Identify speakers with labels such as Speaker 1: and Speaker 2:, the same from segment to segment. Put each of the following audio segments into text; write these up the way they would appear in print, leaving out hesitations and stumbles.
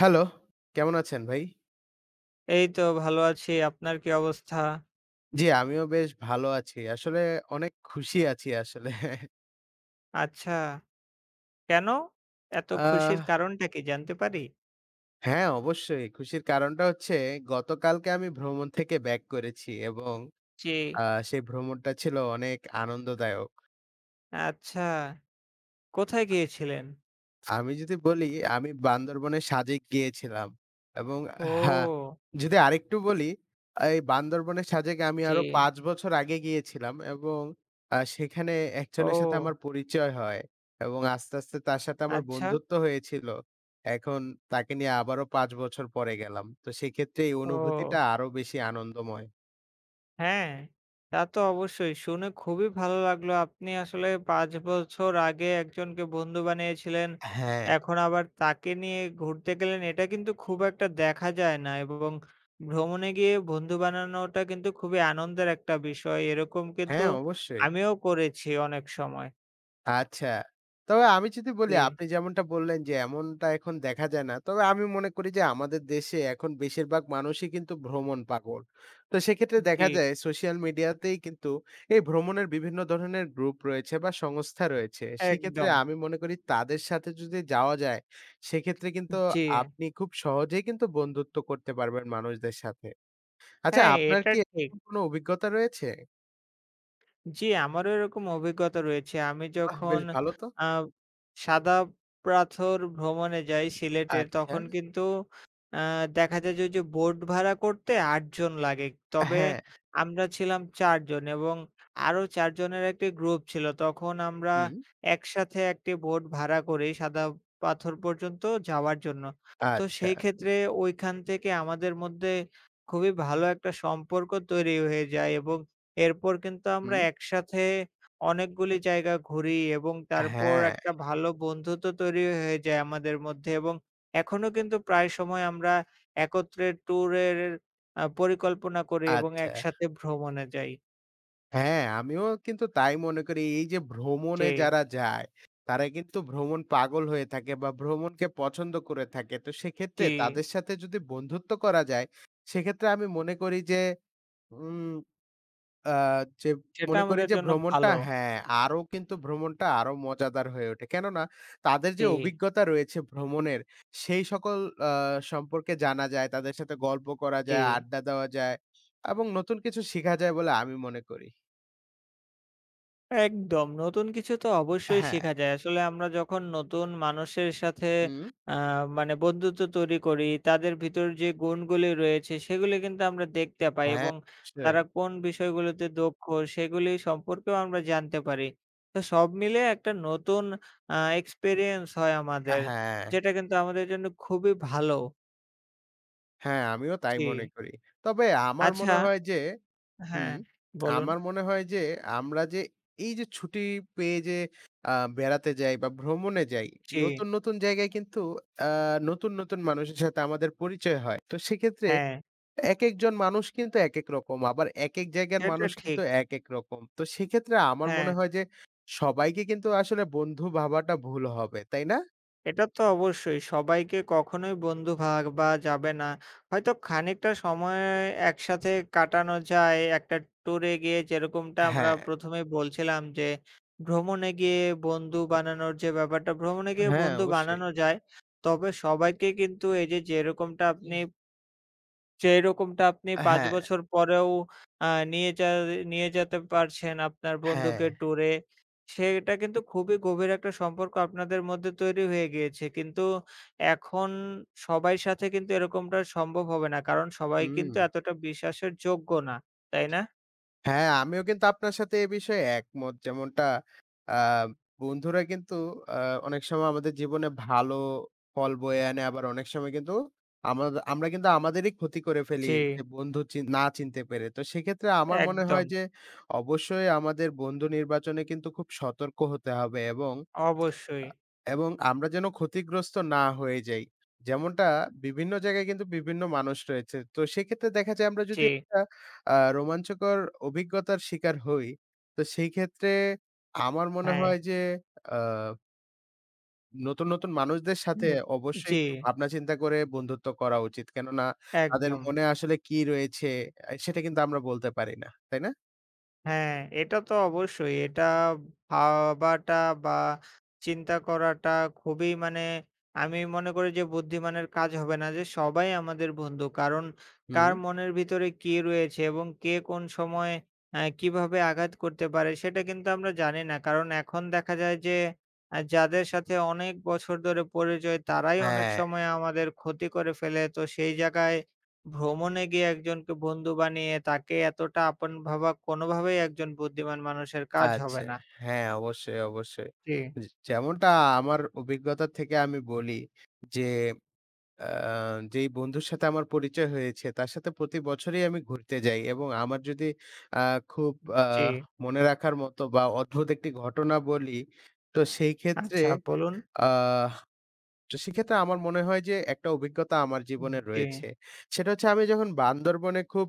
Speaker 1: Hello, কেমন আছেন ভাই?
Speaker 2: এই তো ভালো আছি। আপনার কি অবস্থা?
Speaker 1: জি, আমিও বেশ ভালো আছি। আসলে অনেক খুশি আছি আসলে।
Speaker 2: আচ্ছা, কেন? এত
Speaker 1: আহ
Speaker 2: খুশির কারণটা কি জানতে পারি?
Speaker 1: হ্যাঁ, অবশ্যই। খুশির কারণটা হচ্ছে গতকালকে আমি ভ্রমণ থেকে ব্যাক করেছি এবং
Speaker 2: জি,
Speaker 1: আ সেই ভ্রমণটা ছিল অনেক আনন্দদায়ক।
Speaker 2: আচ্ছা। কোথায় গিয়েছিলেন?
Speaker 1: আমি যদি বলি আমি বান্দরবনের সাজেক গিয়েছিলাম এবং হ্যাঁ,
Speaker 2: ও!
Speaker 1: যদি আরেকটু বলি এই বান্দরবনের সাজেক আমি
Speaker 2: জি,
Speaker 1: আরো ৫ বছর আগে গিয়েছিলাম এবং সেখানে একজনের সাথে আমার
Speaker 2: ও!
Speaker 1: পরিচয় হয় এবং আস্তে, আস্তে তার সাথে আমার
Speaker 2: আচ্ছা,
Speaker 1: বন্ধুত্ব হয়েছিল। এখন তাকে নিয়ে আবারও ৫ বছর পরে গেলাম। তো সেক্ষেত্রে এই অনুভূতিটা
Speaker 2: ও।
Speaker 1: আরো বেশি আনন্দময়।
Speaker 2: হ্যাঁ, তা তো অবশ্যই। শুনে খুবই ভালো লাগলো। আপনি আসলে ৫ বছর আগে একজনকে বন্ধু বানিয়েছিলেন।
Speaker 1: হ্যাঁ,
Speaker 2: এখন আবার তাকে নিয়ে ঘুরতে গেলেন। এটা কিন্তু খুব একটা দেখা যায় না এবং ভ্রমণে গিয়ে বন্ধু বানানোটা কিন্তু খুবই আনন্দের একটা বিষয়। এরকম কিন্তু
Speaker 1: হ্যাঁ অবশ্যই।
Speaker 2: আমিও করেছি অনেক সময়।
Speaker 1: আচ্ছা। তবে আমি যদি বলি
Speaker 2: জি,
Speaker 1: আপনি যেমনটা বললেন যে এমনটা এখন দেখা যায় না। তবে আমি মনে করি যে আমাদের দেশে এখন বেশিরভাগ মানুষই কিন্তু ভ্রমণ পাগল। তো সেক্ষেত্রে
Speaker 2: জি,
Speaker 1: দেখা যায় সোশ্যাল মিডিয়াতেই কিন্তু এই ভ্রমণের বিভিন্ন ধরনের গ্রুপ রয়েছে বা সংস্থা রয়েছে। সেক্ষেত্রে
Speaker 2: একদম।
Speaker 1: আমি মনে করি তাদের সাথে যদি যাওয়া যায়, সেক্ষেত্রে কিন্তু
Speaker 2: জি,
Speaker 1: আপনি খুব সহজেই কিন্তু বন্ধুত্ব করতে পারবেন মানুষদের সাথে। আচ্ছা
Speaker 2: হ্যাঁ,
Speaker 1: আপনার
Speaker 2: এটা
Speaker 1: কি
Speaker 2: ঠিক।
Speaker 1: এরকম কোনো অভিজ্ঞতা রয়েছে?
Speaker 2: জি, আমারও এরকম অভিজ্ঞতা রয়েছে। আমি
Speaker 1: বাহ!
Speaker 2: যখন
Speaker 1: বেশ ভালো তো।
Speaker 2: আ সাদা পাথর ভ্রমণে যাই সিলেটের,
Speaker 1: আচ্ছা।
Speaker 2: তখন কিন্তু আ দেখা যায় যে ওই যে বোট ভাড়া করতে ৮ জন লাগে। তবে
Speaker 1: হ্যাঁ।
Speaker 2: আমরা ছিলাম ৪ জন এবং আরো ৪ জনের একটি গ্রুপ ছিল। তখন আমরা
Speaker 1: হুম।
Speaker 2: একসাথে একটি বোট ভাড়া করি সাদা পাথর পর্যন্ত যাওয়ার জন্য। তো
Speaker 1: আচ্ছা।
Speaker 2: সেই ক্ষেত্রে ওইখান থেকে আমাদের মধ্যে খুবই ভালো একটা সম্পর্ক তৈরি হয়ে যায় এবং এরপর কিন্তু আমরা
Speaker 1: হুম,
Speaker 2: একসাথে অনেকগুলি জায়গা ঘুরি এবং তারপর
Speaker 1: হ্যাঁ,
Speaker 2: একটা ভালো বন্ধুত্ব তৈরি হয়ে যায় আমাদের মধ্যে এবং এখনো কিন্তু প্রায় সময় আমরা একত্রে ট্যুরের পরিকল্পনা করি এবং
Speaker 1: আচ্ছা।
Speaker 2: একসাথে ভ্রমণে যাই।
Speaker 1: হ্যাঁ, আমিও কিন্তু তাই মনে করি। এই যে
Speaker 2: জি,
Speaker 1: ভ্রমণে যারা যায়, তারা কিন্তু ভ্রমণ পাগল হয়ে থাকে বা ভ্রমণকে পছন্দ করে থাকে। তো সেক্ষেত্রে
Speaker 2: জি।
Speaker 1: তাদের সাথে যদি বন্ধুত্ব করা যায়, সেক্ষেত্রে আমি মনে করি যে উম আ যে
Speaker 2: সেটা
Speaker 1: মনে করি
Speaker 2: আমাদের
Speaker 1: যে
Speaker 2: জন্য
Speaker 1: ভ্রমণটা
Speaker 2: ভালো।
Speaker 1: হ্যাঁ, আরো কিন্তু ভ্রমণটা আরো মজাদার হয়ে ওঠে। কেননা তাদের যে
Speaker 2: জি,
Speaker 1: অভিজ্ঞতা রয়েছে ভ্রমণের, সেই সকল আ সম্পর্কে জানা যায়, তাদের সাথে গল্প করা
Speaker 2: জি।
Speaker 1: যায়, আড্ডা দেওয়া যায় এবং নতুন কিছু শিখা যায় বলে আমি মনে করি।
Speaker 2: একদম। নতুন কিছু তো অবশ্যই
Speaker 1: হ্যাঁ।
Speaker 2: শেখা যায়। আসলে আমরা যখন নতুন মানুষের সাথে
Speaker 1: হুম।
Speaker 2: আ মানে বন্ধুত্ব তৈরি করি, তাদের ভিতর যে গুণগুলি রয়েছে সেগুলি কিন্তু আমরা দেখতে পাই
Speaker 1: হ্যাঁ,
Speaker 2: এবং
Speaker 1: অবশ্যই।
Speaker 2: তারা কোন বিষয়গুলোতে দক্ষ সেগুলি সম্পর্কেও আমরা জানতে পারি। তো সব মিলে একটা নতুন আ এক্সপেরিয়েন্স হয় আমাদের।
Speaker 1: হ্যাঁ,
Speaker 2: যেটা কিন্তু আমাদের জন্য খুবই ভালো।
Speaker 1: হ্যাঁ, আমিও তাই
Speaker 2: জি।
Speaker 1: মনে করি। তবে আমার
Speaker 2: আচ্ছা
Speaker 1: মনে হয় যে হুম,
Speaker 2: হ্যাঁ, বলুন।
Speaker 1: আমার মনে হয় যে আমরা যে এই যে ছুটি পেয়ে যে আ বেড়াতে যাই বা ভ্রমণে যাই,
Speaker 2: জি,
Speaker 1: নতুন, নতুন জায়গায় কিন্তু আ নতুন, নতুন মানুষের সাথে আমাদের পরিচয় হয়। তো সেক্ষেত্রে
Speaker 2: হ্যাঁ,
Speaker 1: একেকজন মানুষ কিন্তু একেক রকম। আবার একেক জায়গার
Speaker 2: সেটা
Speaker 1: মানুষ
Speaker 2: ঠিক।
Speaker 1: কিন্তু একেক রকম। তো সেক্ষেত্রে আমার
Speaker 2: হ্যাঁ।
Speaker 1: মনে হয় যে সবাইকে কিন্তু আসলে বন্ধু ভাবাটা ভুল হবে, তাই না?
Speaker 2: এটা তো অবশ্যই। সবাইকে কখনোই বন্ধু ভাবা যাবে না। হয়তো খানিকটা সময় একসাথে কাটানো যায় একটা ট্যুরে গিয়ে যেরকমটা আমরা
Speaker 1: হ্যাঁ,
Speaker 2: ১ম এই বলছিলাম যে, ভ্রমণে গিয়ে বন্ধু বানানোর যে ব্যাপারটা, ভ্রমণে গিয়ে
Speaker 1: হ্যাঁ,
Speaker 2: বন্ধু
Speaker 1: অবশ্যই।
Speaker 2: বানানো যায়। তবে সবাইকে কিন্তু এই যে যেরকমটা আপনি ৫
Speaker 1: হ্যাঁ,
Speaker 2: বছর পরেও আ নিয়ে যা নিয়ে যেতে পারছেন আপনার
Speaker 1: হ্যাঁ,
Speaker 2: বন্ধুকে ট্যুরে, সেটা কিন্তু খুবই গভীর একটা সম্পর্ক আপনাদের মধ্যে তৈরি হয়ে গিয়েছে। কিন্তু এখন সবাই সাথে কিন্তু এরকমটা সম্ভব হবে না। কারণ সবাই
Speaker 1: হুম।
Speaker 2: কিন্তু এতটা বিশ্বাসের যোগ্য না। তাই না?
Speaker 1: হ্যাঁ, আমিও কিন্তু আপনার সাথে এ বিষয়ে একমত। যেমনটা আ বন্ধুরা কিন্তু আ অনেক সময় আমাদের জীবনে ভালো ফল বয়ে আনে। আবার অনেক সময় কিন্তু আমরা কিন্তু আমাদেরই ক্ষতি করে ফেলি
Speaker 2: জি,
Speaker 1: যে বন্ধু চিনতে পেরে। তো সেক্ষেত্রে আমার মনে হয়
Speaker 2: একদম।
Speaker 1: যে অবশ্যই আমাদের বন্ধু নির্বাচনে কিন্তু খুব সতর্ক হতে হবে এবং
Speaker 2: অবশ্যই।
Speaker 1: এবং আমরা যেন ক্ষতিগ্রস্ত না হয়ে যাই। যেমনটা বিভিন্ন জায়গায় কিন্তু বিভিন্ন মানুষ রয়েছে। তো সেক্ষেত্রে দেখা যায় আমরা
Speaker 2: জি,
Speaker 1: যদি একটা রোমাঞ্চকর অভিজ্ঞতার শিকার হই, তো সেই ক্ষেত্রে আমার মনে
Speaker 2: হ্যাঁ।
Speaker 1: হয় যে আ নতুন, নতুন মানুষদের সাথে অবশ্যই
Speaker 2: জি,
Speaker 1: একটু ভাবনা চিন্তা করে বন্ধুত্ব করা উচিত। কেননা তাদের
Speaker 2: একদম।
Speaker 1: মনে আসলে কি রয়েছে, সেটা কিন্তু আমরা বলতে পারি না। তাই না?
Speaker 2: হ্যাঁ, এটা তো অবশ্যই। এটা ভাবাটা বা চিন্তা করাটা খুবই মানে আমি মনে করি যে বুদ্ধিমানের কাজ হবে না যে সবাই আমাদের বন্ধু। কারণ
Speaker 1: হুম।
Speaker 2: কার মনের ভিতরে কি রয়েছে এবং কে কোন সময় কিভাবে আঘাত করতে পারে সেটা কিন্তু আমরা জানি না। কারণ এখন দেখা যায় যে যাদের সাথে অনেক বছর ধরে পরিচয় তারাই অনেক
Speaker 1: হ্যাঁ।
Speaker 2: সময় আমাদের ক্ষতি করে ফেলে। তো সেই জায়গায় ভ্রমণে গিয়ে একজনকে বন্ধু বানিয়ে তাকে এতটা আপন ভাবা কোনোভাবেই একজন বুদ্ধিমান মানুষের কাজ
Speaker 1: আচ্ছা।
Speaker 2: হবে না।
Speaker 1: হ্যাঁ, অবশ্যই, অবশ্যই।
Speaker 2: জি,
Speaker 1: যে যেমনটা আমার অভিজ্ঞতা থেকে আমি বলি যে, আ যেই বন্ধুর সাথে আমার পরিচয় হয়েছে, তার সাথে প্রতি বছরই আমি ঘুরতে যাই এবং আমার যদি আ খুব আ
Speaker 2: জি।
Speaker 1: মনে রাখার মতো বা অদ্ভুত একটি ঘটনা বলি, তো সেই ক্ষেত্রে
Speaker 2: আচ্ছা বলুন।
Speaker 1: আহ তো সেক্ষেত্রে আমার মনে হয় যে একটা অভিজ্ঞতা আমার জীবনে
Speaker 2: জি,
Speaker 1: রয়েছে। সেটা হচ্ছে আমি যখন বান্দরবনে খুব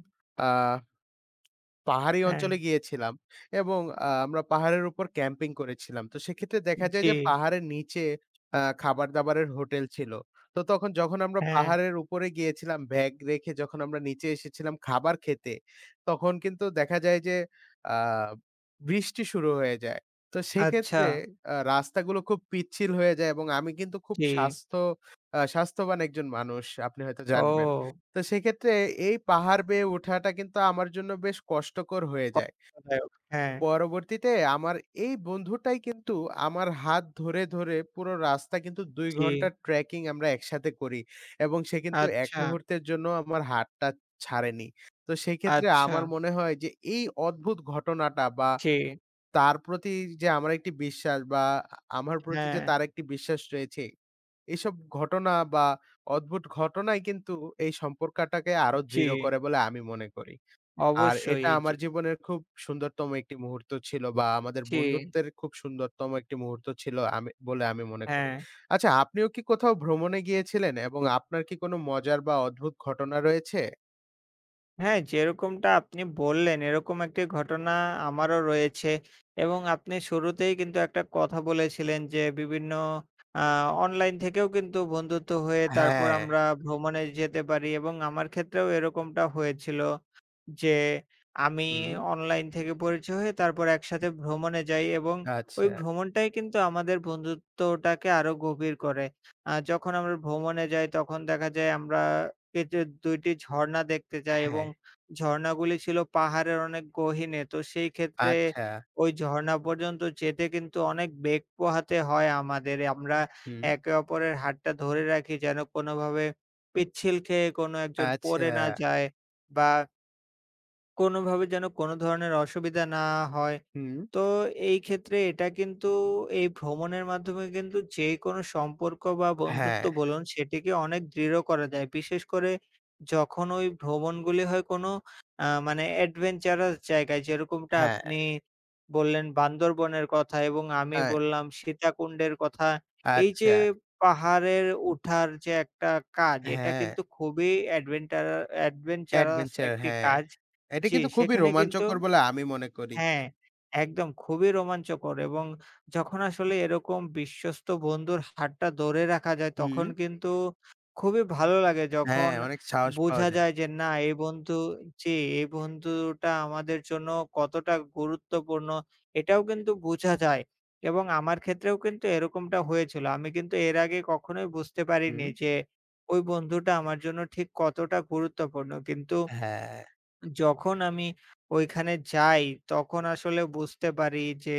Speaker 1: আ পাহাড়ি
Speaker 2: হ্যাঁ,
Speaker 1: অঞ্চলে গিয়েছিলাম এবং আমরা পাহাড়ের উপর ক্যাম্পিং করেছিলাম। তো সেক্ষেত্রে দেখা যায়
Speaker 2: জি,
Speaker 1: যে পাহাড়ের নিচে খাবার-দাবারের হোটেল ছিল। তো তখন যখন আমরা
Speaker 2: হ্যাঁ,
Speaker 1: পাহাড়ের উপরে গিয়েছিলাম ব্যাগ রেখে যখন আমরা নিচে এসেছিলাম খাবার খেতে, তখন কিন্তু দেখা যায় যে আ বৃষ্টি শুরু হয়ে যায়। তো
Speaker 2: আচ্ছা,
Speaker 1: সেক্ষেত্রে রাস্তাগুলো খুব পিচ্ছিল হয়ে যায় এবং আমি কিন্তু খুব
Speaker 2: জি।
Speaker 1: স্বাস্থ্যবান একজন মানুষ। আপনি হয়তো জানবেন।
Speaker 2: ও
Speaker 1: তো সেক্ষেত্রে এই পাহাড় বেয়ে ওঠাটা কিন্তু আমার জন্য বেশ কষ্টকর হয়ে যায়।
Speaker 2: কষ্টদায়ক। হ্যাঁ,
Speaker 1: পরবর্তীতে আমার এই বন্ধুটাই কিন্তু আমার হাত ধরে, ধরে পুরো রাস্তা কিন্তু ২
Speaker 2: জি,
Speaker 1: ঘন্টার ট্রেকিং আমরা একসাথে করি এবং সে কিন্তু এক
Speaker 2: আচ্ছা,
Speaker 1: মুহূর্তের জন্য আমার হাতটা ছাড়েনি। তো সেক্ষেত্রে
Speaker 2: আচ্ছা,
Speaker 1: আমার মনে হয় যে এই অদ্ভুত ঘটনাটা বা
Speaker 2: জি,
Speaker 1: তার প্রতি যে আমার একটি বিশ্বাস বা আমার প্রতি
Speaker 2: হ্যাঁ,
Speaker 1: যে তার একটি বিশ্বাস রয়েছে, এইসব ঘটনা বা অদ্ভুত ঘটনাই কিন্তু এই সম্পর্কটাকে আরো
Speaker 2: জি,
Speaker 1: দৃঢ় করে বলে আমি মনে করি। আর
Speaker 2: অবশ্যই।
Speaker 1: এটা
Speaker 2: জি,
Speaker 1: আমার জীবনের খুব সুন্দরতম একটি মুহূর্ত ছিল বা আমাদের
Speaker 2: জি,
Speaker 1: বন্ধুত্বের খুব সুন্দরতম একটি মুহূর্ত ছিল আমি বলে আমি মনে করি।
Speaker 2: হ্যাঁ।
Speaker 1: আচ্ছা, আপনিও কি কোথাও ভ্রমণে গিয়েছিলেন এবং আপনার কি কোনো মজার বা অদ্ভুত ঘটনা রয়েছে?
Speaker 2: হ্যাঁ, যেরকমটা আপনি বললেন এরকম একটি ঘটনা আমারও রয়েছে এবং আপনি শুরুতেই কিন্তু একটা কথা বলেছিলেন যে বিভিন্ন আ অনলাইন থেকেও কিন্তু বন্ধুত্ব হয়ে তারপর
Speaker 1: হ্যাঁ।
Speaker 2: আমরা ভ্রমণে যেতে পারি এবং আমার ক্ষেত্রেও এরকমটা হয়েছিল। যে আমি
Speaker 1: হুম।
Speaker 2: অনলাইন থেকে পরিচয় হয়ে তারপর একসাথে ভ্রমণে যাই এবং ওই
Speaker 1: আচ্ছা।
Speaker 2: ভ্রমণটাই কিন্তু আমাদের বন্ধুত্বটাকে আরো গভীর করে। যখন আমরা ভ্রমণে যাই তখন দেখা যায় আমরা এতে ২টি টি ঝর্ণা দেখতে যাই এবং
Speaker 1: হ্যাঁ।
Speaker 2: ঝর্ণাগুলি ছিল পাহাড়ের অনেক গহীনে। তো সেই ক্ষেত্রে
Speaker 1: আচ্ছা।
Speaker 2: ওই ঝর্ণা পর্যন্ত যেতে কিন্তু অনেক বেগ পোহাতে হয় আমাদের। আমরা
Speaker 1: হুম।
Speaker 2: একে অপরের হাতটা ধরে রাখি যেন কোনোভাবে পিচ্ছিল খেয়ে কোনো একজন
Speaker 1: আচ্ছা।
Speaker 2: পড়ে না যায় বা কোনোভাবে যেন কোনো ধরনের অসুবিধা না হয়।
Speaker 1: হুম।
Speaker 2: তো এই ক্ষেত্রে এটা কিন্তু এই ভ্রমণের মাধ্যমে কিন্তু যেকোনো সম্পর্ক বা
Speaker 1: হ্যাঁ,
Speaker 2: বন্ধুত্ব বলুন সেটিকে অনেক দৃঢ় করা যায়। বিশেষ করে যখন ওই ভ্রমণগুলি হয় কোনো মানে অ্যাডভেঞ্চারাস জায়গায় যেরকমটা
Speaker 1: হ্যাঁ,
Speaker 2: আপনি বললেন বান্দরবনের কথা এবং আমি
Speaker 1: হ্যাঁ,
Speaker 2: বললাম সীতাকুণ্ডের কথা। এই যে
Speaker 1: আচ্ছা।
Speaker 2: পাহাড়ের ওঠার যে একটা কাজ এটা
Speaker 1: হ্যাঁ,
Speaker 2: কিন্তু খুবই অ্যাডভেঞ্চারাস
Speaker 1: অ্যাডভেঞ্চার
Speaker 2: একটি
Speaker 1: হ্যাঁ।
Speaker 2: কাজ।
Speaker 1: এটা
Speaker 2: জি,
Speaker 1: কিন্তু খুবই
Speaker 2: সেখানে কিন্তু
Speaker 1: রোমাঞ্চকর বলে আমি মনে করি।
Speaker 2: হ্যাঁ, একদম খুবই রোমাঞ্চকর এবং যখন আসলে এরকম বিশ্বস্ত বন্ধুর হাতটা ধরে রাখা যায়
Speaker 1: হুম।
Speaker 2: তখন কিন্তু খুবই ভালো লাগে
Speaker 1: হ্যাঁ,
Speaker 2: যখন
Speaker 1: অনেক সাহস পাওয়া
Speaker 2: বোঝা
Speaker 1: যায়।
Speaker 2: যায় যে না এই বন্ধু জি, এই বন্ধুটা আমাদের জন্য কতটা গুরুত্বপূর্ণ এটাও কিন্তু বোঝা যায়। এবং আমার ক্ষেত্রেও কিন্তু এরকমটা হয়েছিল। আমি কিন্তু এর আগে কখনোই বুঝতে
Speaker 1: হুম।
Speaker 2: পারিনি যে ওই বন্ধুটা আমার জন্য ঠিক কতটা গুরুত্বপূর্ণ। কিন্তু
Speaker 1: হ্যাঁ,
Speaker 2: যখন আমি ওইখানে যাই, তখন আসলে বুঝতে পারি যে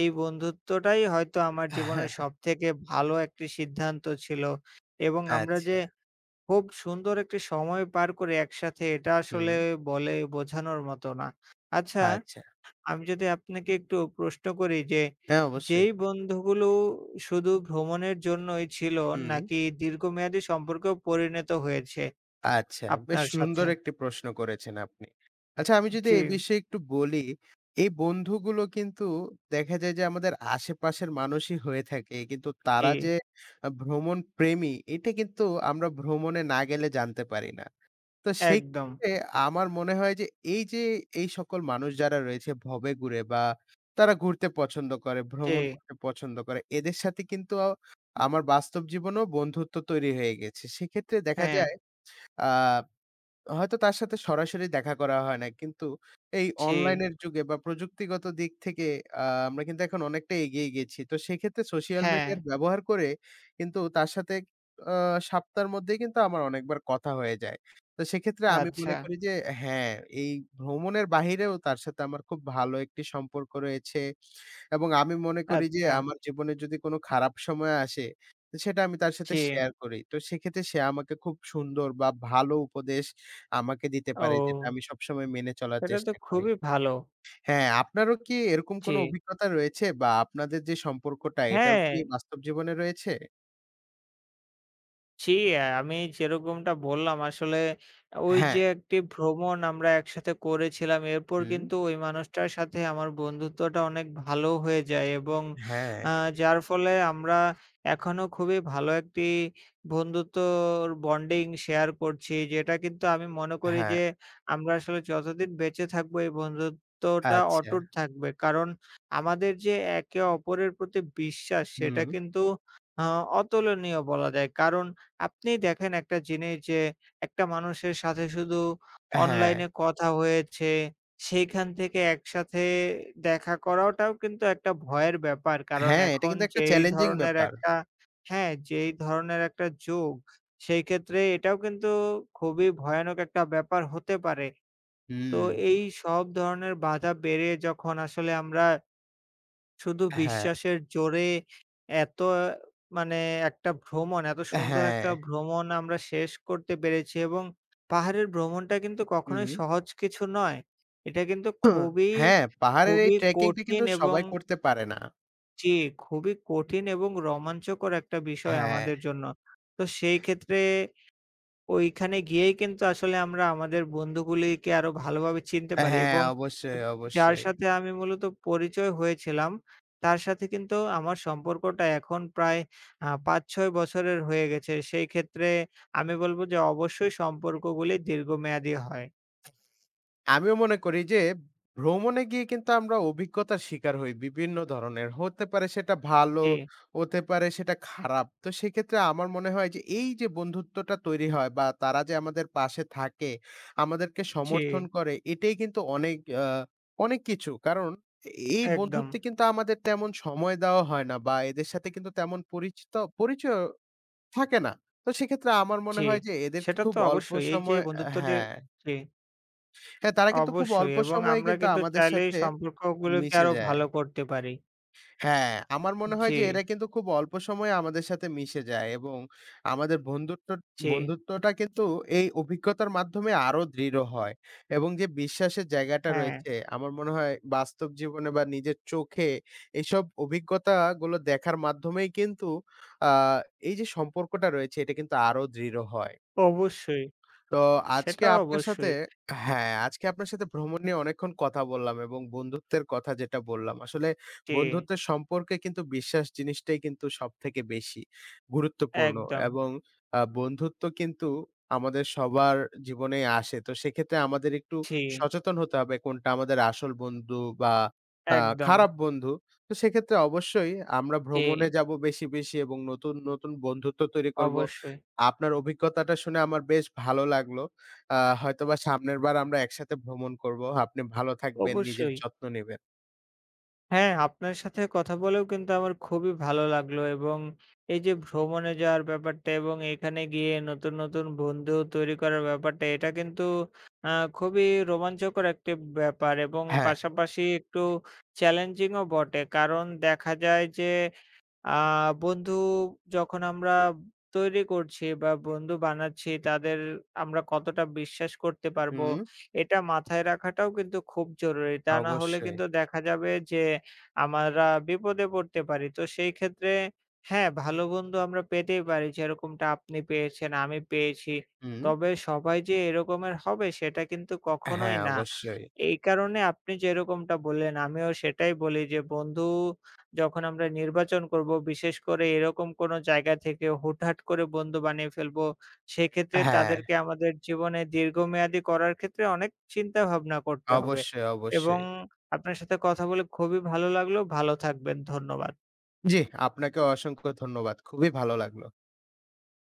Speaker 2: এই বন্ধুত্বটাই হয়তো আমার জীবনের সবথেকে ভালো একটি সিদ্ধান্ত ছিল। এবং আমরা
Speaker 1: আচ্ছা।
Speaker 2: যে খুব সুন্দর একটি সময় পার করি একসাথে এটা
Speaker 1: হুম,
Speaker 2: আসলে বলে বোঝানোর মতো না। আচ্ছা,
Speaker 1: আচ্ছা।
Speaker 2: আমি যদি আপনাকে একটু প্রশ্ন করি যে,
Speaker 1: হ্যাঁ, অবশ্যই।
Speaker 2: যেই বন্ধুগুলো শুধু ভ্রমণের জন্যই ছিল
Speaker 1: হুম।
Speaker 2: নাকি দীর্ঘমেয়াদী সম্পর্কেও পরিণত হয়েছে
Speaker 1: আচ্ছা, বেশ
Speaker 2: আপনার সাথে?
Speaker 1: সুন্দর একটি প্রশ্ন করেছেন আপনি। আচ্ছা, আমি যদি
Speaker 2: জি,
Speaker 1: এ বিষয়ে একটু বলি, এই বন্ধুগুলো কিন্তু দেখা যায় যে আমাদের আশেপাশের মানুষই হয়ে থাকে। কিন্তু
Speaker 2: জি,
Speaker 1: তারা যে ভ্রমণ প্রেমী, এটা কিন্তু আমরা ভ্রমণে না গেলে জানতে পারি না। তো
Speaker 2: একদম।
Speaker 1: সেক্ষেত্রে আমার মনে হয় যে এই যে এই সকল মানুষ যারা রয়েছে ভবেঘুরে বা তারা ঘুরতে পছন্দ করে,
Speaker 2: জি,
Speaker 1: ভ্রমণ করতে পছন্দ করে, এদের সাথে কিন্তু আমার বাস্তব জীবনেও বন্ধুত্ব তৈরি হয়ে গেছে। সেক্ষেত্রে দেখা
Speaker 2: হ্যাঁ,
Speaker 1: যায় আ হয়তো তার সাথে সরাসরি দেখা করা হয় না। কিন্তু এই
Speaker 2: জি,
Speaker 1: অনলাইনের যুগে বা প্রযুক্তিগত দিক থেকে আ আমরা কিন্তু এখন অনেকটা এগিয়ে গেছি। তো সেক্ষেত্রে সোশ্যাল
Speaker 2: হ্যাঁ,
Speaker 1: মিডিয়ার ব্যবহার করে কিন্তু তার সাথে আ সপ্তাহের মধ্যেই কিন্তু আমার অনেকবার কথা হয়ে যায়। তো সেক্ষেত্রে আমি
Speaker 2: আচ্ছা,
Speaker 1: মনে করি যে হ্যাঁ, এই ভ্রমণের বাহিরেও তার সাথে আমার খুব ভালো একটি সম্পর্ক রয়েছে এবং আমি মনে করি যে
Speaker 2: আচ্ছা,
Speaker 1: আমার জীবনে যদি কোনো খারাপ সময় আসে, তো সেটা আমি তার সাথে
Speaker 2: জি।
Speaker 1: শেয়ার করি। তো সেক্ষেত্রে সে আমাকে খুব সুন্দর বা ভালো উপদেশ আমাকে দিতে পারে যেটা
Speaker 2: ও!
Speaker 1: আমি সবসময় মেনে চলার
Speaker 2: এটা তো
Speaker 1: চেষ্টা করি।
Speaker 2: খুবই ভালো।
Speaker 1: হ্যাঁ, আপনারও কি এরকম
Speaker 2: জি,
Speaker 1: কোনো অভিজ্ঞতা রয়েছে বা আপনাদের যে সম্পর্কটা এটাও
Speaker 2: হ্যাঁ।
Speaker 1: কি বাস্তব জীবনে রয়েছে?
Speaker 2: জি, আমি যেরকমটা বললাম আসলে ওই
Speaker 1: হ্যাঁ,
Speaker 2: যে একটি ভ্রমণ আমরা একসাথে করেছিলাম এরপর
Speaker 1: হুম,
Speaker 2: কিন্তু ওই মানুষটার সাথে আমার বন্ধুত্বটা অনেক ভালো হয়ে যায় এবং
Speaker 1: হ্যাঁ,
Speaker 2: যার ফলে আমরা এখনো খুবই ভালো একটি বন্ধুত্বর বন্ডিং শেয়ার করছি যেটা কিন্তু আমি মনে করি
Speaker 1: হ্যাঁ,
Speaker 2: যে আমরা আসলে যতদিন বেঁচে থাকবো এই বন্ধুত্বটা
Speaker 1: আচ্ছা,
Speaker 2: অটুট থাকবে কারণ আমাদের যে একে অপরের প্রতি বিশ্বাস সেটা
Speaker 1: হুম,
Speaker 2: কিন্তু অতুলনীয় বলা যায় কারণ আপনি দেখেন একটা জিনিস যে একটা মানুষের সাথে শুধু
Speaker 1: হ্যাঁ,
Speaker 2: অনলাইনে কথা হয়েছে, সেইখান থেকে একসাথে দেখা করাটাও কিন্তু একটা ভয়ের ব্যাপার। কারণ
Speaker 1: হ্যাঁ, এটা
Speaker 2: এখন
Speaker 1: কিন্তু একটা
Speaker 2: যেই
Speaker 1: চ্যালেঞ্জিং
Speaker 2: ধরনের
Speaker 1: ব্যাপার।
Speaker 2: একটা হ্যাঁ, যেই ধরনের একটা যুগ, সেই ক্ষেত্রে এটাও কিন্তু খুবই ভয়ানক একটা ব্যাপার হতে পারে। তো
Speaker 1: হুম,
Speaker 2: এই সব ধরনের বাধা পেরিয়ে যখন আসলে আমরা শুধু
Speaker 1: হ্যাঁ,
Speaker 2: বিশ্বাসের জোরে এত মানে একটা ভ্রমণ, এত সুন্দর
Speaker 1: হ্যাঁ,
Speaker 2: একটা ভ্রমণ আমরা শেষ করতে পেরেছি এবং পাহাড়ের ভ্রমণটা কিন্তু
Speaker 1: হুম,
Speaker 2: কখনোই সহজ কিছু নয়। এটা কিন্তু খুবই,
Speaker 1: হ্যাঁ, পাহাড়ের এই
Speaker 2: খুবই
Speaker 1: ট্রেকিংটা
Speaker 2: কঠিন
Speaker 1: কিন্তু
Speaker 2: এবং
Speaker 1: সবাই করতে পারে না।
Speaker 2: জি, খুবই কঠিন এবং রোমাঞ্চকর একটা বিষয়
Speaker 1: হ্যাঁ,
Speaker 2: আমাদের জন্য। তো সেই ক্ষেত্রে ওইখানে গিয়েই কিন্তু আসলে আমরা আমাদের বন্ধুগুলিকে আরো ভালোভাবে চিনতে পারি
Speaker 1: হ্যাঁ,
Speaker 2: এবং
Speaker 1: অবশ্যই,
Speaker 2: যার
Speaker 1: অবশ্যই।
Speaker 2: সাথে আমি মূলত পরিচয় হয়েছিলাম, তার সাথে কিন্তু আমার সম্পর্কটা এখন প্রায় ৫-৬ বছরের হয়ে গেছে। সেই ক্ষেত্রে আমি বলব যে অবশ্যই সম্পর্কগুলি দীর্ঘমেয়াদী হয়।
Speaker 1: আমিও মনে করি যে ভ্রমণে গিয়ে কিন্তু আমরা অভিজ্ঞতার শিকার হই বিভিন্ন ধরনের। হতে পারে সেটা ভালো,
Speaker 2: জি,
Speaker 1: হতে পারে সেটা খারাপ। তো সেক্ষেত্রে আমার মনে হয় যে এই যে বন্ধুত্বটা তৈরি হয় বা তারা যে আমাদের পাশে থাকে, আমাদেরকে
Speaker 2: জি,
Speaker 1: সমর্থন করে এটাই কিন্তু অনেক আ অনেক কিছু। কারণ এই
Speaker 2: একদম।
Speaker 1: বন্ধুত্বে কিন্তু আমাদের তেমন সময় দেওয়া হয় না বা এদের সাথে কিন্তু তেমন পরিচিত পরিচয়ও থাকে না। তো সেক্ষেত্রে আমার মনে
Speaker 2: জি,
Speaker 1: হয় যে এদেরকে
Speaker 2: সেটা
Speaker 1: খুব
Speaker 2: তো
Speaker 1: অল্প
Speaker 2: অবশ্যই। এই যে
Speaker 1: সময়
Speaker 2: বন্ধুত্ব যে
Speaker 1: হ্যাঁ।
Speaker 2: জি,
Speaker 1: হ্যাঁ, তারা কিন্তু খুব
Speaker 2: অবশ্যই
Speaker 1: অল্প
Speaker 2: এবং
Speaker 1: সময়ে
Speaker 2: আমরা
Speaker 1: কিন্তু
Speaker 2: কিন্তু
Speaker 1: আমাদের
Speaker 2: চাইলেই
Speaker 1: সাথে
Speaker 2: সম্পর্কগুলোকে
Speaker 1: মিশে
Speaker 2: আরো
Speaker 1: যায়।
Speaker 2: ভালো করতে পারি।
Speaker 1: হ্যাঁ, আমার মনে হয়
Speaker 2: জি,
Speaker 1: যে এরা কিন্তু খুব অল্প সময়ে আমাদের সাথে মিশে যায় এবং আমাদের
Speaker 2: জি,
Speaker 1: বন্ধুত্বটা কিন্তু এই অভিজ্ঞতার মাধ্যমে আরো দৃঢ় হয় এবং যে বিশ্বাসের জায়গাটা
Speaker 2: হ্যাঁ।
Speaker 1: রয়েছে আমার মনে হয় বাস্তব জীবনে বা নিজের চোখে এইসব অভিজ্ঞতাগুলো দেখার মাধ্যমেই কিন্তু আ এই যে সম্পর্কটা রয়েছে এটা কিন্তু আরো দৃঢ় হয়।
Speaker 2: অবশ্যই,
Speaker 1: তো আজকে
Speaker 2: সেটা
Speaker 1: আপনার সাথে
Speaker 2: অবশ্যই।
Speaker 1: হ্যাঁ, আজকে আপনার সাথে ভ্রমণ নিয়ে অনেকক্ষণ কথা বললাম এবং বন্ধুত্বের কথা যেটা বললাম। আসলে
Speaker 2: জি,
Speaker 1: বন্ধুত্বের সম্পর্কে কিন্তু বিশ্বাস জিনিসটাই কিন্তু সবথেকে বেশি গুরুত্বপূর্ণ
Speaker 2: একদম।
Speaker 1: এবং বন্ধুত্ব কিন্তু আমাদের সবার জীবনেই আসে। তো সেক্ষেত্রে আমাদের একটু
Speaker 2: জি,
Speaker 1: সচেতন হতে হবে কোনটা আমাদের আসল বন্ধু বা আ
Speaker 2: একদম।
Speaker 1: খারাপ বন্ধু। তো সেক্ষেত্রে অবশ্যই আমরা
Speaker 2: জি,
Speaker 1: ভ্রমণে যাবো বেশি, বেশি এবং নতুন, নতুন বন্ধুত্ব তৈরি করব।
Speaker 2: অবশ্যই,
Speaker 1: আপনার অভিজ্ঞতাটা শুনে আমার বেশ ভালো লাগলো। আ হয়তোবা সামনের বার আমরা একসাথে ভ্রমণ করব। আপনি ভালো থাকবেন, নিজের
Speaker 2: অবশ্যই।
Speaker 1: যত্ন নিবেন।
Speaker 2: হ্যাঁ, আপনার সাথে কথা বলেও কিন্তু আমার খুবই ভালো লাগলো এবং এই যে ভ্রমণে যাওয়ার ব্যাপারটা এবং এখানে গিয়ে নতুন, নতুন বন্ধু তৈরি করার ব্যাপারটা এটা কিন্তু আ খুবই রোমাঞ্চকর একটি ব্যাপার এবং
Speaker 1: হ্যাঁ,
Speaker 2: পাশাপাশি একটু চ্যালেঞ্জিং ও বটে। কারণ দেখা যায় যে আ বন্ধু যখন আমরা তৈরি করছি বা বন্ধু বানাচ্ছি তাদের আমরা কতটা বিশ্বাস করতে পারবো
Speaker 1: হুম,
Speaker 2: এটা মাথায় রাখাটাও কিন্তু খুব জরুরি। তা না হলে
Speaker 1: অবশ্যই।
Speaker 2: কিন্তু দেখা যাবে যে আমরা বিপদে পড়তে পারি। তো সেই ক্ষেত্রে হ্যাঁ, ভালো বন্ধু আমরা পেতেই পারি যেরকমটা আপনি পেয়েছেন, আমি পেয়েছি।
Speaker 1: হুম,
Speaker 2: তবে সবাই যে এরকমের হবে সেটা কিন্তু কখনোই
Speaker 1: হ্যাঁ,
Speaker 2: না।
Speaker 1: অবশ্যই।
Speaker 2: এই কারণে আপনি যেরকমটা বললেন আমিও সেটাই বলি যে বন্ধু যখন আমরা নির্বাচন করব, বিশেষ করে এরকম কোনো জায়গা থেকে হুটহাট করে বন্ধু বানিয়ে ফেলবো, সেক্ষেত্রে
Speaker 1: হ্যাঁ,
Speaker 2: তাদেরকে আমাদের জীবনে দীর্ঘমেয়াদী করার ক্ষেত্রে অনেক চিন্তা ভাবনা করতে হবে
Speaker 1: অবশ্যই,
Speaker 2: এবং
Speaker 1: অবশ্যই।
Speaker 2: আপনার সাথে কথা বলে খুবই ভালো লাগলো। ভালো থাকবেন। ধন্যবাদ।
Speaker 1: জি, আপনাকেও অসংখ্য ধন্যবাদ। খুবই ভালো লাগলো।